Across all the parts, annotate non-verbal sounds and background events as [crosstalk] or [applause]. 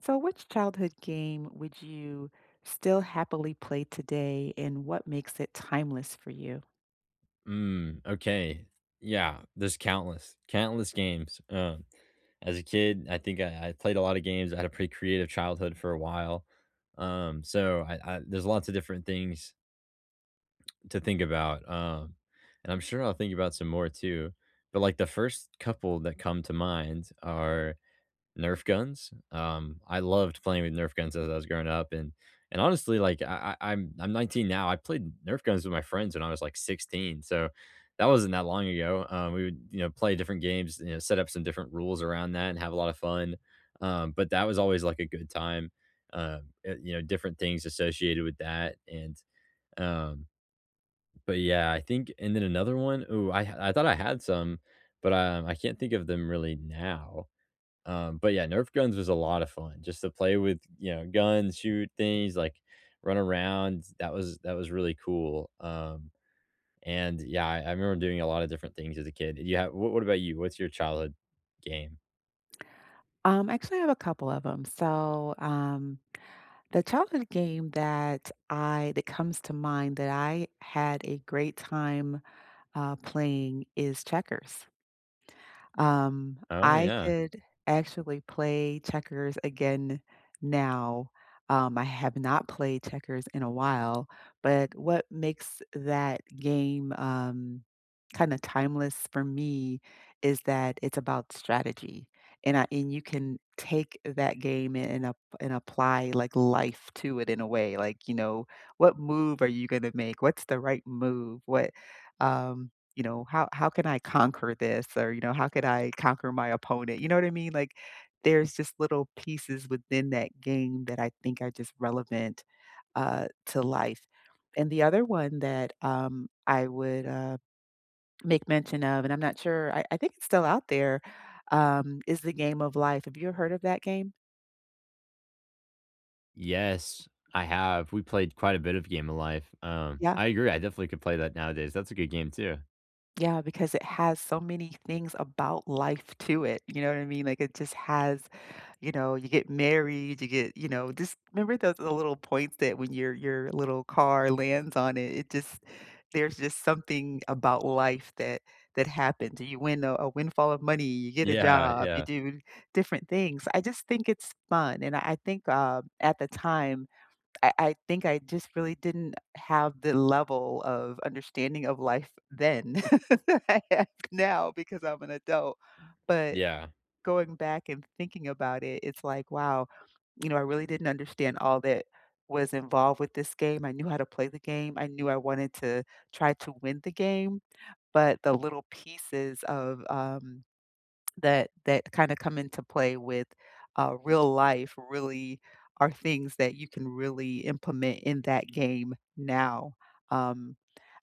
So, which childhood game would you still happily play today, and what makes it timeless for you? Okay. Yeah, there's countless games. As a kid, I think I played a lot of games. I had a pretty creative childhood for a while. So I there's lots of different things to think about. And I'm sure I'll think about some more too. But like the first couple that come to mind are Nerf guns. I loved playing with Nerf guns as I was growing up, and honestly, like I'm 19 now. I played Nerf guns with my friends when I was like 16, so that wasn't that long ago. We would play different games, you know, set up some different rules around that, and have a lot of fun. But that was always like a good time. You know, different things associated with that, and um, but yeah, I think. And then another one. Ooh, I thought I had some, but I can't think of them really now. But yeah, Nerf guns was a lot of fun just to play with, you know, guns, shoot things, like run around. That was really cool. And yeah, I remember doing a lot of different things as a kid. You have what about you? What's your childhood game? Actually, I have a couple of them. The childhood game that comes to mind that I had a great time playing is checkers. Oh I yeah, could actually play checkers again now. I have not played checkers in a while, but what makes that game? Kind of timeless for me is that it's about strategy and you can take that game and apply like life to it in a way, like, you know, what move are you going to make? What's the right move? What um you know, how can I conquer this? Or, you know, how could I conquer my opponent? You know what I mean? Like, there's just little pieces within that game that I think are just relevant to life. And the other one that I would make mention of, and I'm not sure, I think it's still out there, is the Game of Life. Have you heard of that game? yes, I have. We played quite a bit of Game of Life. I agree. I definitely could play that nowadays. That's a good game too. Yeah, because it has so many things about life to it, you know what I mean? Like, it just has, you know, you get married, you get, you know, just remember those, the little points that when your little car lands on it, it just, there's just something about life that that happens. You win a windfall of money, you get a Yeah, job, you yeah, do different things. I just think it's fun, and I think, at the time I think I just really didn't have the level of understanding of life then [laughs] that I have now because I'm an adult. But yeah. going back and thinking about it, it's like, wow, you know, I really didn't understand all that was involved with this game. I knew how to play the game. I knew I wanted to try to win the game, but the little pieces of that that kinda come into play with, real life really are things that you can really implement in that game now. Um,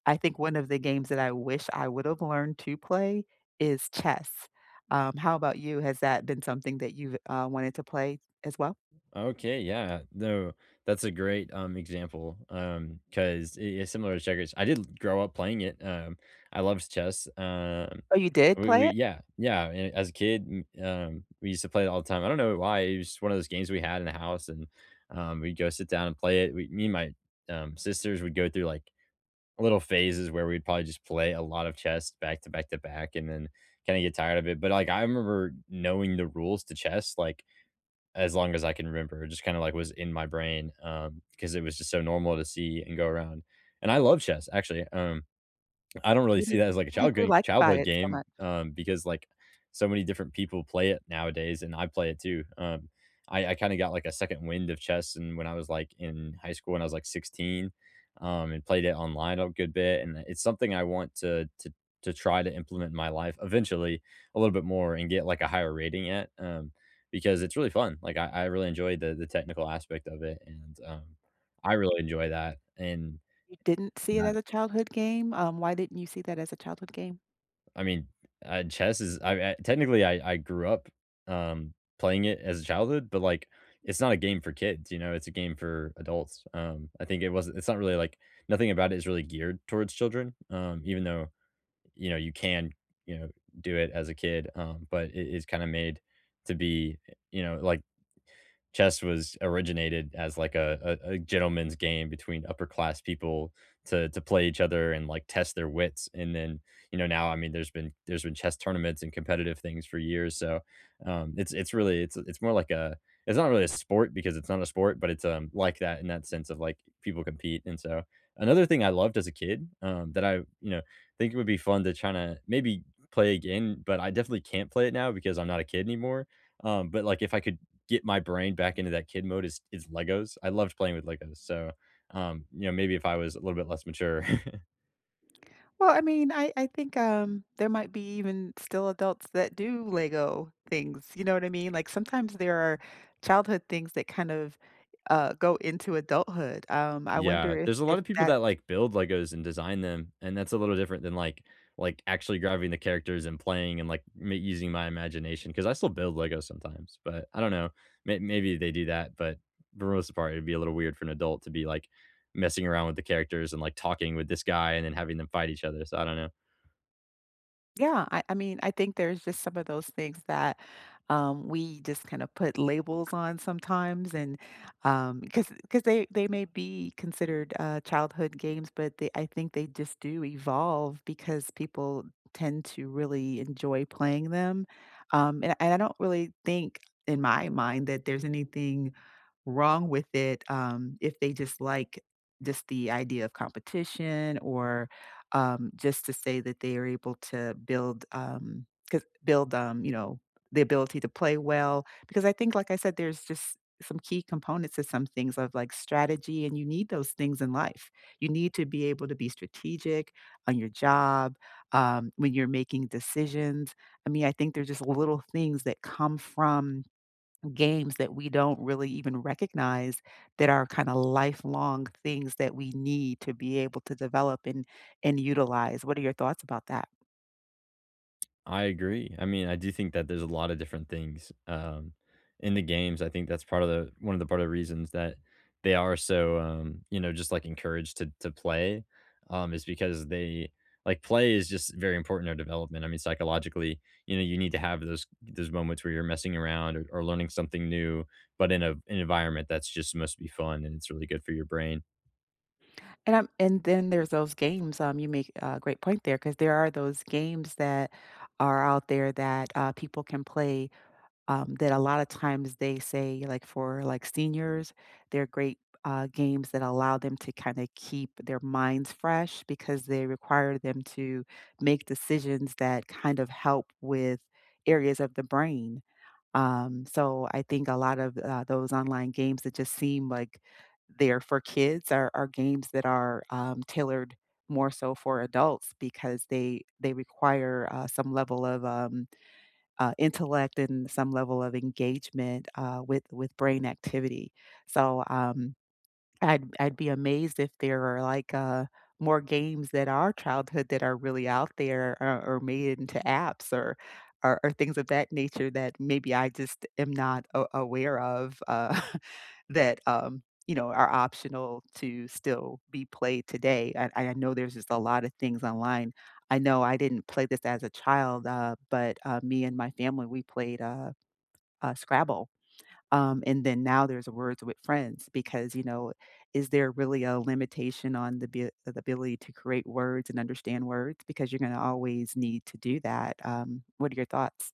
I think one of the games that I wish I would have learned to play is chess. How about you? Has that been something that you've, wanted to play as well? Okay, yeah. No, that's a great example. Because it is similar to checkers. I did grow up playing it. I loved chess. Oh, you did we, play we it? yeah, yeah. And as a kid, we used to play it all the time. I don't know why. It was just one of those games we had in the house, and we'd go sit down and play it. We, me and my sisters would go through like little phases where we'd probably just play a lot of chess back to back to back, and then kind of get tired of it. But like I remember knowing the rules to chess, like as long as I can remember. It just kinda, like, was in my brain, because it was just so normal to see and go around. And I love chess, actually, I don't really What see did, that as, like, a what did you like about childhood it so game, much? Because, like, so many different people play it nowadays, and I play it too, I kinda got, like, a second wind of chess, and when I was, like, in high school when I was, like, 16, and played it online a good bit, and it's something I want to try to implement in my life eventually a little bit more and get, like, a higher rating at, because it's really fun, like, I really enjoy the technical aspect of it, and, I really enjoy that, and You didn't see it as a childhood game? Why didn't you see that as a childhood game? I mean, chess is I technically, I grew up, playing it as a childhood, but, like, it's not a game for kids, you know? It's a game for adults, I think it's not really, like nothing about it is really geared towards children, even though, you know, you can, you know, do it as a kid, but it is kinda made to be, you know, like chess was originated as like a gentleman's game between upper class people to play each other and like test their wits. And then you know now I mean there's been chess tournaments and competitive things for years. So it's really it's more like a it's not really a sport because it's not a sport, but it's like that in that sense of like people compete. And so another thing I loved as a kid that I you know think it would be fun to try to maybe play again, but I definitely can't play it now because I'm not a kid anymore. But like if I could get my brain back into that kid mode is Legos. I loved playing with Legos, so, you know, maybe if I was a little bit less mature. [laughs] Well, I mean, I think, there might be even still adults that do Lego things, you know what I mean? Like, sometimes there are childhood things that kind of, go into adulthood. I Yeah, wonder there's a lot if of people that. that, like, build Legos and design them, and that's a little different than, like, actually grabbing the characters and playing and, like, me using my imagination. Because I still build Legos sometimes, but I don't know, maybe they do that, but for the most part, it'd be a little weird for an adult to be, like, messing around with the characters and, like, talking with this guy and then having them fight each other, so I don't know. Yeah, I mean, I think there's just some of those things that we just kind of put labels on sometimes, and because they may be considered childhood games, but they, I think they just do evolve because people tend to really enjoy playing them, and I don't really think in my mind that there's anything wrong with it, if they just like, just the idea of competition, or just to say that they are able to build, build, you know, the ability to play well, because I think, like I said, there's just some key components to some things of, like, strategy, and you need those things in life. You need to be able to be strategic on your job, when you're making decisions. I mean, I think they're just little things that come from games that we don't really even recognize that are kind of lifelong things that we need to be able to develop and utilize. What are your thoughts about that? I agree. I mean, I do think that there's a lot of different things in the games. I think that's part of the one of the part of the reasons that they are so you know just like encouraged to play is because they like play is just very important in our development. I mean, psychologically, you know, you need to have those moments where you're messing around or learning something new, but in a an environment that's just supposed to be fun and it's really good for your brain. And then there's those games. You make a great point there because there are those games that are out there that people can play, that a lot of times they say, like, for like seniors, they're great games that allow them to kind of keep their minds fresh because they require them to make decisions that kind of help with areas of the brain. So I think a lot of those online games that just seem like they're for kids are games that are tailored more so for adults because they require some level of intellect and some level of engagement, with brain activity. So um, I'd be amazed if there are, like, more games that are childhood that are really out there or made into apps or things of that nature that maybe I just am not a aware of, [laughs] that, you know, are optional to still be played today. I know there's just a lot of things online. I know I didn't play this as a child, but, me and my family, we played, Scrabble. And then now there's words with friends because, you know, is there really a limitation on the, the ability to create words and understand words? Because you're going to always need to do that. What are your thoughts?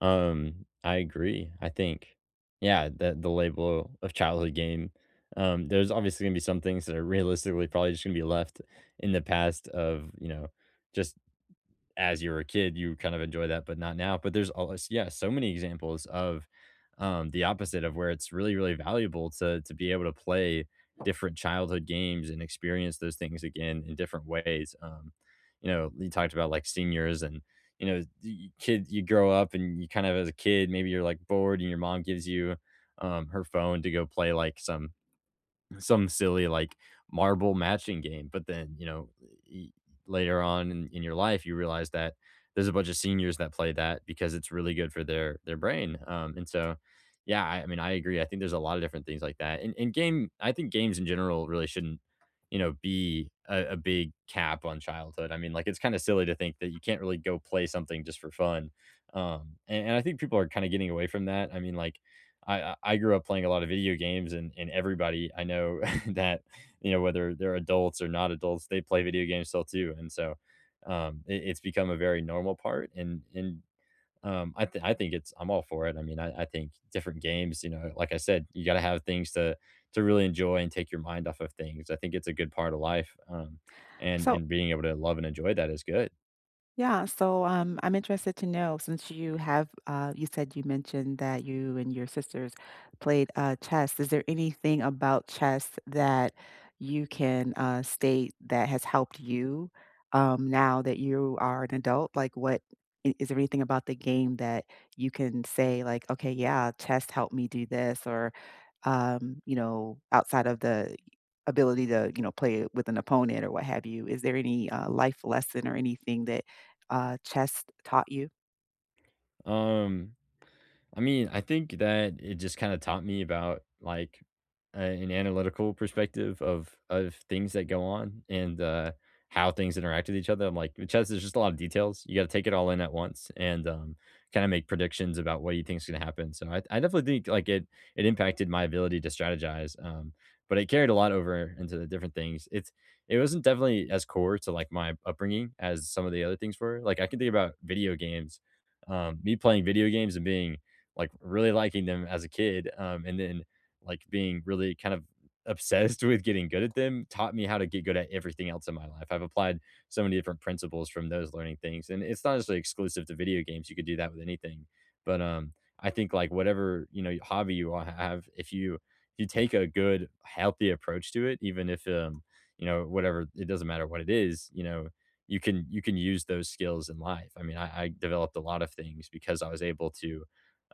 I agree. I think, yeah, that the label of childhood game, there's obviously gonna be some things that are realistically probably just gonna be left in the past of, you know, just as you were a kid, you kind of enjoy that, but not now. But there's always, yeah, so many examples of the opposite of where it's really valuable to be able to play different childhood games and experience those things again in different ways. You know, you talked about like seniors and you know, the kid, you grow up and you kind of as a kid, maybe you're like bored and your mom gives you her phone to go play like some silly like marble matching game. But then, you know, y- later on in your life, you realize that there's a bunch of seniors that play that because it's really good for their brain. And so, yeah, I mean, I agree. I think there's a lot of different things like that. I think games in general really shouldn't, you know, be a big cap on childhood. I mean, like it's kind of silly to think that you can't really go play something just for fun. And I think people are kind of getting away from that. I mean, like I grew up playing a lot of video games, and everybody I know [laughs] that you know whether they're adults or not adults, they play video games still too, and so it's become a very normal part. And I think it's I'm all for it. I mean, I think different games, you know, like I said, you got to have things to really enjoy and take your mind off of things. I think it's a good part of life, So. and being able to love and enjoy that is good. Yeah, so I'm interested to know, since you have, you said you mentioned that you and your sisters played chess. Is there anything about chess that you can state that has helped you, now that you are an adult? Like, what is there anything about the game that you can say, like, okay, yeah, chess helped me do this, or, you know, outside of the ability to, you know, play with an opponent, or what have you? Is there any life lesson or anything that chess taught you? Um, I mean, I think that it just kinda taught me about, like, a an analytical perspective of things that go on and, how things interact with each other. I'm like, chess there's just a lot of details. You gotta take it all in at once and, kinda make predictions about what you think is gonna happen. So I definitely think, like, it impacted my ability to strategize, but it carried a lot over into the different things. It wasn't definitely as core to, like, my upbringing as some of the other things were. Like, I can think about video games. Me playing video games and being like really liking them as a kid, and then like being really kind of obsessed [laughs] with getting good at them taught me how to get good at everything else in my life. I've applied so many different principles from those learning things, and it's not necessarily exclusive to video games. You could do that with anything, but I think like whatever you know hobby you all have, if you take a good healthy approach to it, even if you know whatever it doesn't matter what it is, you know you can use those skills in life. I mean, I developed a lot of things because I was able to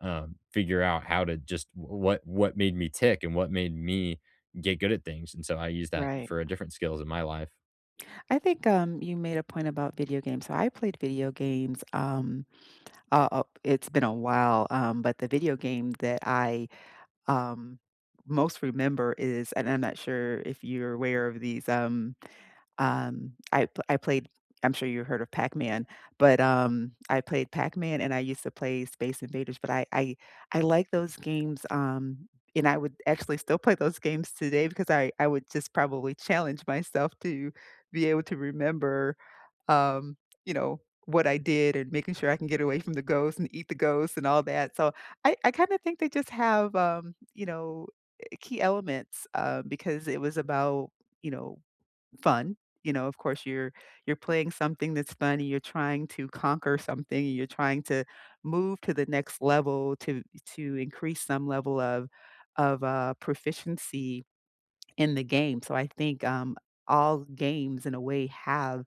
figure out how to just what made me tick and what made me get good at things, and so I use that Right. for different skills in my life. I think, you made a point about video games. So I played video games, it's been a while, but the video game that I, um, most remember is, and I'm not sure if you're aware of these, I played, I'm sure you heard of Pac-Man, but, I played Pac-Man and I used to play Space Invaders, but I like those games, and I would actually still play those games today because I would just probably challenge myself to be able to remember, um, you know, what I did and making sure I can get away from the ghosts and eat the ghosts and all that. So I kinda think they just have, you know, key elements, because it was about, you know, fun. You know, of course, you're playing something that's fun, and you're trying to conquer something, and you're trying to move to the next level to increase some level of proficiency in the game. So I think all games, in a way, have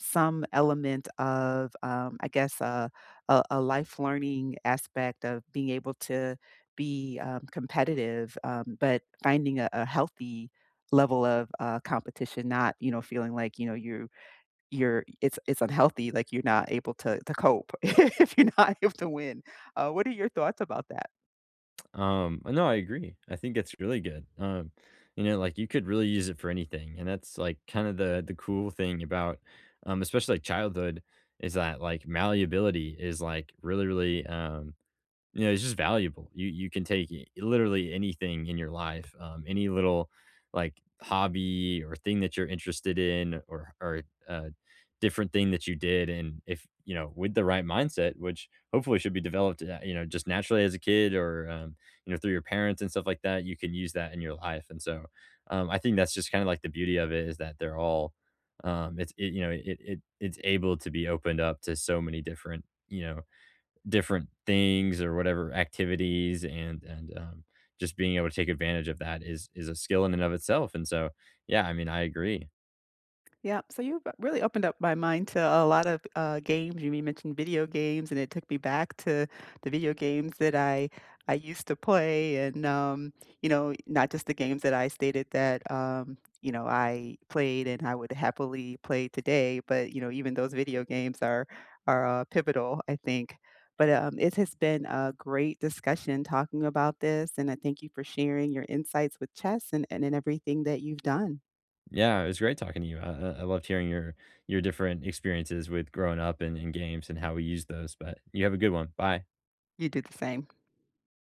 some element of, I guess, a life learning aspect of being able to be competitive, but finding a healthy level of competition, not, you know, feeling like, you know, you you're, it's unhealthy, like you're not able to cope [laughs] if you're not able to win. What are your thoughts about that? No, I agree. I think it's really good. You know, like you could really use it for anything, and that's like kind of the cool thing about, especially like childhood, is that like malleability is like really Yeah, it's just valuable. You can take I literally anything in your life, any little, like, hobby or thing that you're interested in or uh, different thing that you did, and if, you know, with the right mindset, which hopefully should be developed, you know, just naturally as a kid or, you know, through your parents and stuff like that, you can use that in your life, and so, I think that's just kinda like the beauty of it is that they're all, it's it you know, it's able to be opened up to so many different, you know, different things or whatever activities just being able to take advantage of that is a skill in and of itself, and so, yeah, I mean, I agree. Yeah, so you've really opened up my mind to a lot of games. You mentioned video games, and it took me back to the video games that I used to play, and you know, not just the games that I stated that you know, I played and I would happily play today, but you know, even those video games are pivotal, I think. But it has been a great discussion talking about this, and I thank you for sharing your insights with chess and and everything that you've done. Yeah, it was great talking to you. I loved hearing your different experiences with growing up and games and how we use those, but you have a good one. Bye. You do the same.